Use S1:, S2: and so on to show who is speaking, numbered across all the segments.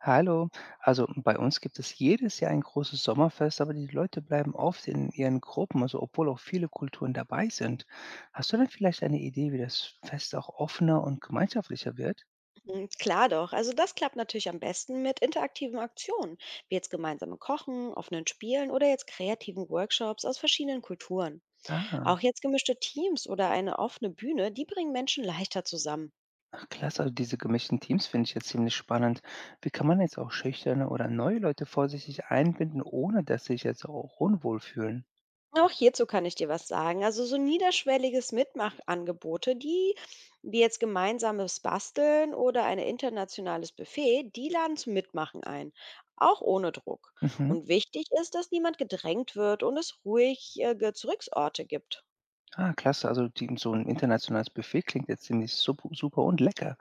S1: Hallo, also bei uns gibt es jedes Jahr ein großes Sommerfest, aber die Leute bleiben oft in ihren Gruppen, also obwohl auch viele Kulturen dabei sind. Hast du denn vielleicht eine Idee, wie das Fest auch offener und gemeinschaftlicher wird?
S2: Klar doch. Also das klappt natürlich am besten mit interaktiven Aktionen, wie jetzt gemeinsamen Kochen, offenen Spielen oder jetzt kreativen Workshops aus verschiedenen Kulturen. Auch
S1: Ah,
S2: jetzt gemischte Teams oder eine offene Bühne, die bringen Menschen leichter zusammen.
S1: klasse, also diese gemischten Teams finde ich jetzt ziemlich spannend. Wie kann man jetzt auch schüchterne oder neue Leute vorsichtig einbinden, ohne dass sie sich jetzt auch unwohl fühlen?
S2: Auch hierzu kann ich dir was sagen. Also so niederschwelliges Mitmachangebote, die wie jetzt gemeinsames Basteln oder ein internationales Buffet, die laden zum Mitmachen ein, auch ohne Druck.
S1: Mhm.
S2: Und wichtig ist, dass niemand gedrängt wird und es ruhige Zurücksorte gibt.
S1: Ah, klasse. Also die, so ein internationales Buffet klingt jetzt ziemlich super und lecker.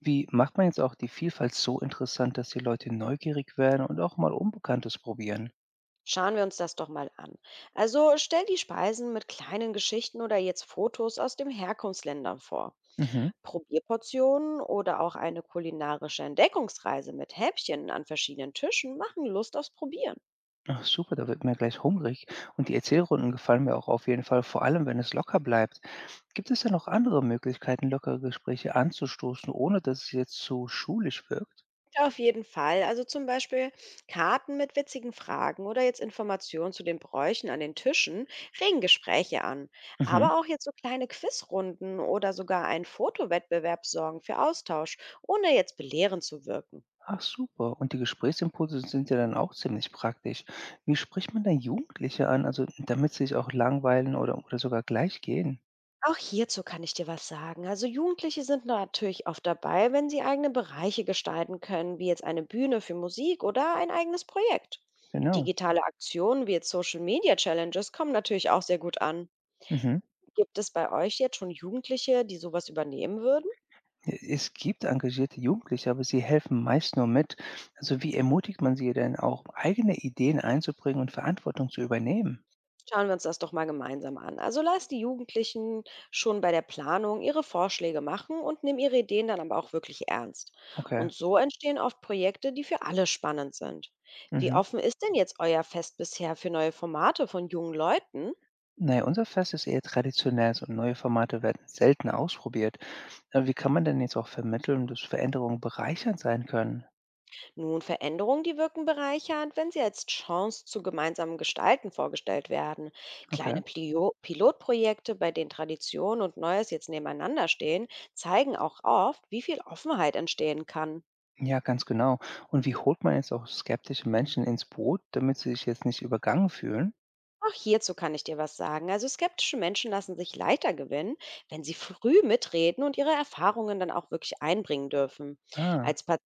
S1: Wie macht man jetzt auch die Vielfalt so interessant, dass die Leute neugierig werden und auch mal Unbekanntes probieren?
S2: Schauen wir uns das doch mal an. Also stell die Speisen mit kleinen Geschichten oder jetzt Fotos aus den Herkunftsländern vor.
S1: Mhm.
S2: Probierportionen oder auch eine kulinarische Entdeckungsreise mit Häppchen an verschiedenen Tischen machen Lust aufs Probieren.
S1: Ach super, da wird mir gleich hungrig. Und die Erzählrunden gefallen mir auch auf jeden Fall, vor allem wenn es locker bleibt. Gibt es da noch andere Möglichkeiten, lockere Gespräche anzustoßen, ohne dass es jetzt zu schulisch wirkt?
S2: Auf jeden Fall. Also zum Beispiel Karten mit witzigen Fragen oder jetzt Informationen zu den Bräuchen an den Tischen regen Gespräche an.
S1: Mhm.
S2: Aber auch jetzt so kleine Quizrunden oder sogar ein Fotowettbewerb sorgen für Austausch, ohne jetzt belehrend zu wirken.
S1: Ach super. Und die Gesprächsimpulse sind ja dann auch ziemlich praktisch. Wie spricht man denn Jugendliche an, also damit sie sich auch langweilen oder sogar gleich gehen?
S2: Auch hierzu kann ich dir was sagen. Also Jugendliche sind natürlich oft dabei, wenn sie eigene Bereiche gestalten können, wie jetzt eine Bühne für Musik oder ein eigenes Projekt.
S1: Genau.
S2: Digitale Aktionen wie jetzt Social Media Challenges kommen natürlich auch sehr gut an.
S1: Mhm.
S2: Gibt es bei euch jetzt schon Jugendliche, die sowas übernehmen würden?
S1: E Es gibt engagierte Jugendliche, aber sie helfen meist nur mit. Also wie ermutigt man sie denn auch, eigene Ideen einzubringen und Verantwortung zu übernehmen?
S2: Schauen wir uns das doch mal gemeinsam an. Also lass die Jugendlichen schon bei der Planung ihre Vorschläge machen und nimm ihre Ideen dann aber auch wirklich ernst.
S1: Okay.
S2: Und so entstehen oft Projekte, die für alle spannend sind. Wie
S1: Mhm.
S2: offen ist denn jetzt euer Fest bisher für neue Formate von jungen Leuten?
S1: Na ja, unser Fest ist eher traditionell, so neue Formate werden selten ausprobiert. Aber wie kann man denn jetzt auch vermitteln, dass Veränderungen bereichernd sein können?
S2: Nun, Veränderungen, die wirken bereichernd, wenn sie als Chance zu gemeinsamen Gestalten vorgestellt werden.
S1: Okay.
S2: Kleine Pilotprojekte, bei denen Tradition und Neues jetzt nebeneinander stehen, zeigen auch oft, wie viel Offenheit entstehen kann.
S1: Ja, ganz genau. Und wie holt man jetzt auch skeptische Menschen ins Boot, damit sie sich jetzt nicht übergangen fühlen?
S2: Auch hierzu kann ich dir was sagen. Also skeptische Menschen lassen sich leichter gewinnen, wenn sie früh mitreden und ihre Erfahrungen dann auch wirklich einbringen dürfen.
S1: Ah,
S2: Als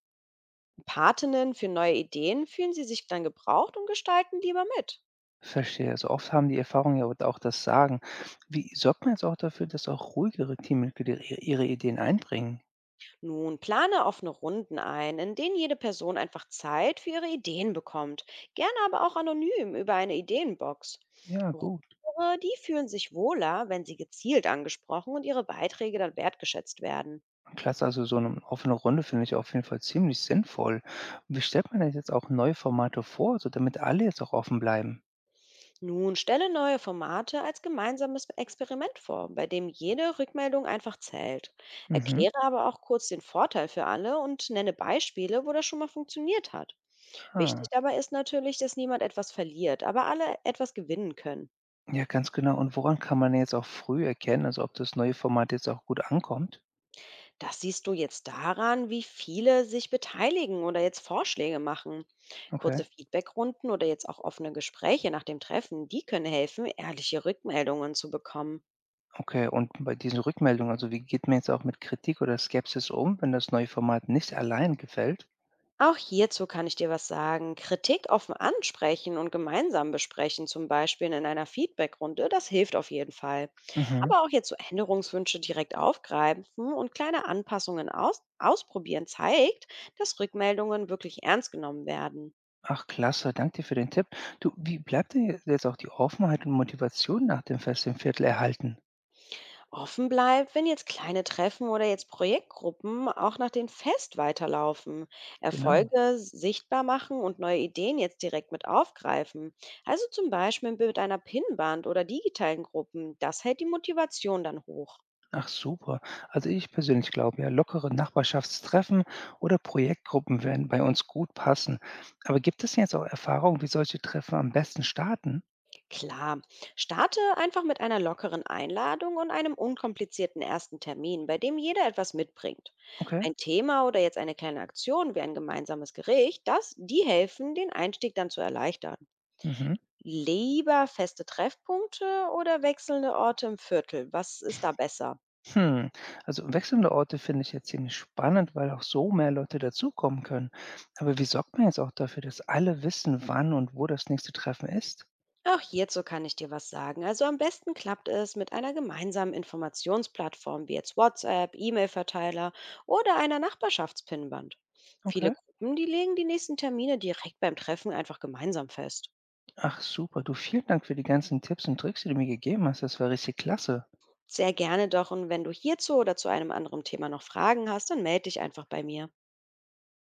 S2: Patinnen für neue Ideen fühlen sie sich dann gebraucht und gestalten lieber mit.
S1: verstehe. Also oft haben die Erfahrungen ja auch das Sagen. Wie sorgt man jetzt auch dafür, dass auch ruhigere Teammitglieder ihre Ideen einbringen?
S2: Nun plane offene Runden ein, in denen jede Person einfach Zeit für ihre Ideen bekommt. Gerne aber auch anonym über eine Ideenbox.
S1: Ja, gut.
S2: Ruhe, die fühlen sich wohler, wenn sie gezielt angesprochen und ihre Beiträge dann wertgeschätzt werden.
S1: Klasse, also so eine offene Runde finde ich auf jeden Fall ziemlich sinnvoll. Wie stellt man das jetzt auch neue Formate vor, so damit alle jetzt auch offen bleiben?
S2: Nun stelle neue Formate als gemeinsames Experiment vor, bei dem jede Rückmeldung einfach zählt.
S1: Mhm.
S2: Erkläre aber auch kurz den Vorteil für alle und nenne Beispiele, wo das schon mal funktioniert hat.
S1: Ah.
S2: Wichtig dabei ist natürlich, dass niemand etwas verliert, aber alle etwas gewinnen können.
S1: Ja, ganz genau. Und woran kann man jetzt auch früh erkennen, also ob das neue Format jetzt auch gut ankommt?
S2: Das siehst du jetzt daran, wie viele sich beteiligen oder jetzt Vorschläge machen.
S1: Okay.
S2: Kurze Feedbackrunden oder jetzt auch offene Gespräche nach dem Treffen, die können helfen, ehrliche Rückmeldungen zu bekommen.
S1: Okay, und bei diesen Rückmeldungen, also wie geht man jetzt auch mit Kritik oder Skepsis um, wenn das neue Format nicht allein gefällt?
S2: Auch hierzu kann ich dir was sagen. Kritik offen ansprechen und gemeinsam besprechen, zum Beispiel in einer Feedbackrunde, das hilft auf jeden Fall.
S1: Mhm.
S2: Aber auch jetzt so Änderungswünsche direkt aufgreifen und kleine Anpassungen ausprobieren zeigt, dass Rückmeldungen wirklich ernst genommen werden.
S1: Ach, klasse, danke dir für den Tipp. Du, wie bleibt denn jetzt auch die Offenheit und Motivation nach dem Fest im Viertel erhalten?
S2: Offen bleibt, wenn jetzt kleine Treffen oder jetzt Projektgruppen auch nach dem Fest weiterlaufen,
S1: Genau.
S2: Erfolge sichtbar machen und neue Ideen jetzt direkt mit aufgreifen. Also zum Beispiel mit einer Pinnwand oder digitalen Gruppen. Das hält die Motivation dann hoch.
S1: Ach, super. Also ich persönlich glaube ja, lockere Nachbarschaftstreffen oder Projektgruppen werden bei uns gut passen. Aber gibt es denn jetzt auch Erfahrungen, wie solche Treffen am besten starten?
S2: Klar, starte einfach mit einer lockeren Einladung und einem unkomplizierten ersten Termin, bei dem jeder etwas mitbringt.
S1: Okay.
S2: Ein Thema oder jetzt eine kleine Aktion wie ein gemeinsames Gericht, das, die helfen, den Einstieg dann zu erleichtern.
S1: Mhm.
S2: Lieber feste Treffpunkte oder wechselnde Orte im Viertel? Was ist da besser?
S1: Hm, also wechselnde Orte finde ich jetzt ziemlich spannend, weil auch so mehr Leute dazukommen können. Aber wie sorgt man jetzt auch dafür, dass alle wissen, wann und wo das nächste Treffen ist?
S2: Auch hierzu kann ich dir was sagen. Also am besten klappt es mit einer gemeinsamen Informationsplattform wie jetzt WhatsApp, E-Mail-Verteiler oder einer Nachbarschaftspinnwand. Viele
S1: Okay.
S2: Gruppen, die legen die nächsten Termine direkt beim Treffen einfach gemeinsam fest.
S1: Ach super, du vielen Dank für die ganzen Tipps und Tricks, die du mir gegeben hast. Das war richtig klasse.
S2: Sehr gerne doch und wenn du hierzu oder zu einem anderen Thema noch Fragen hast, dann melde dich einfach bei mir.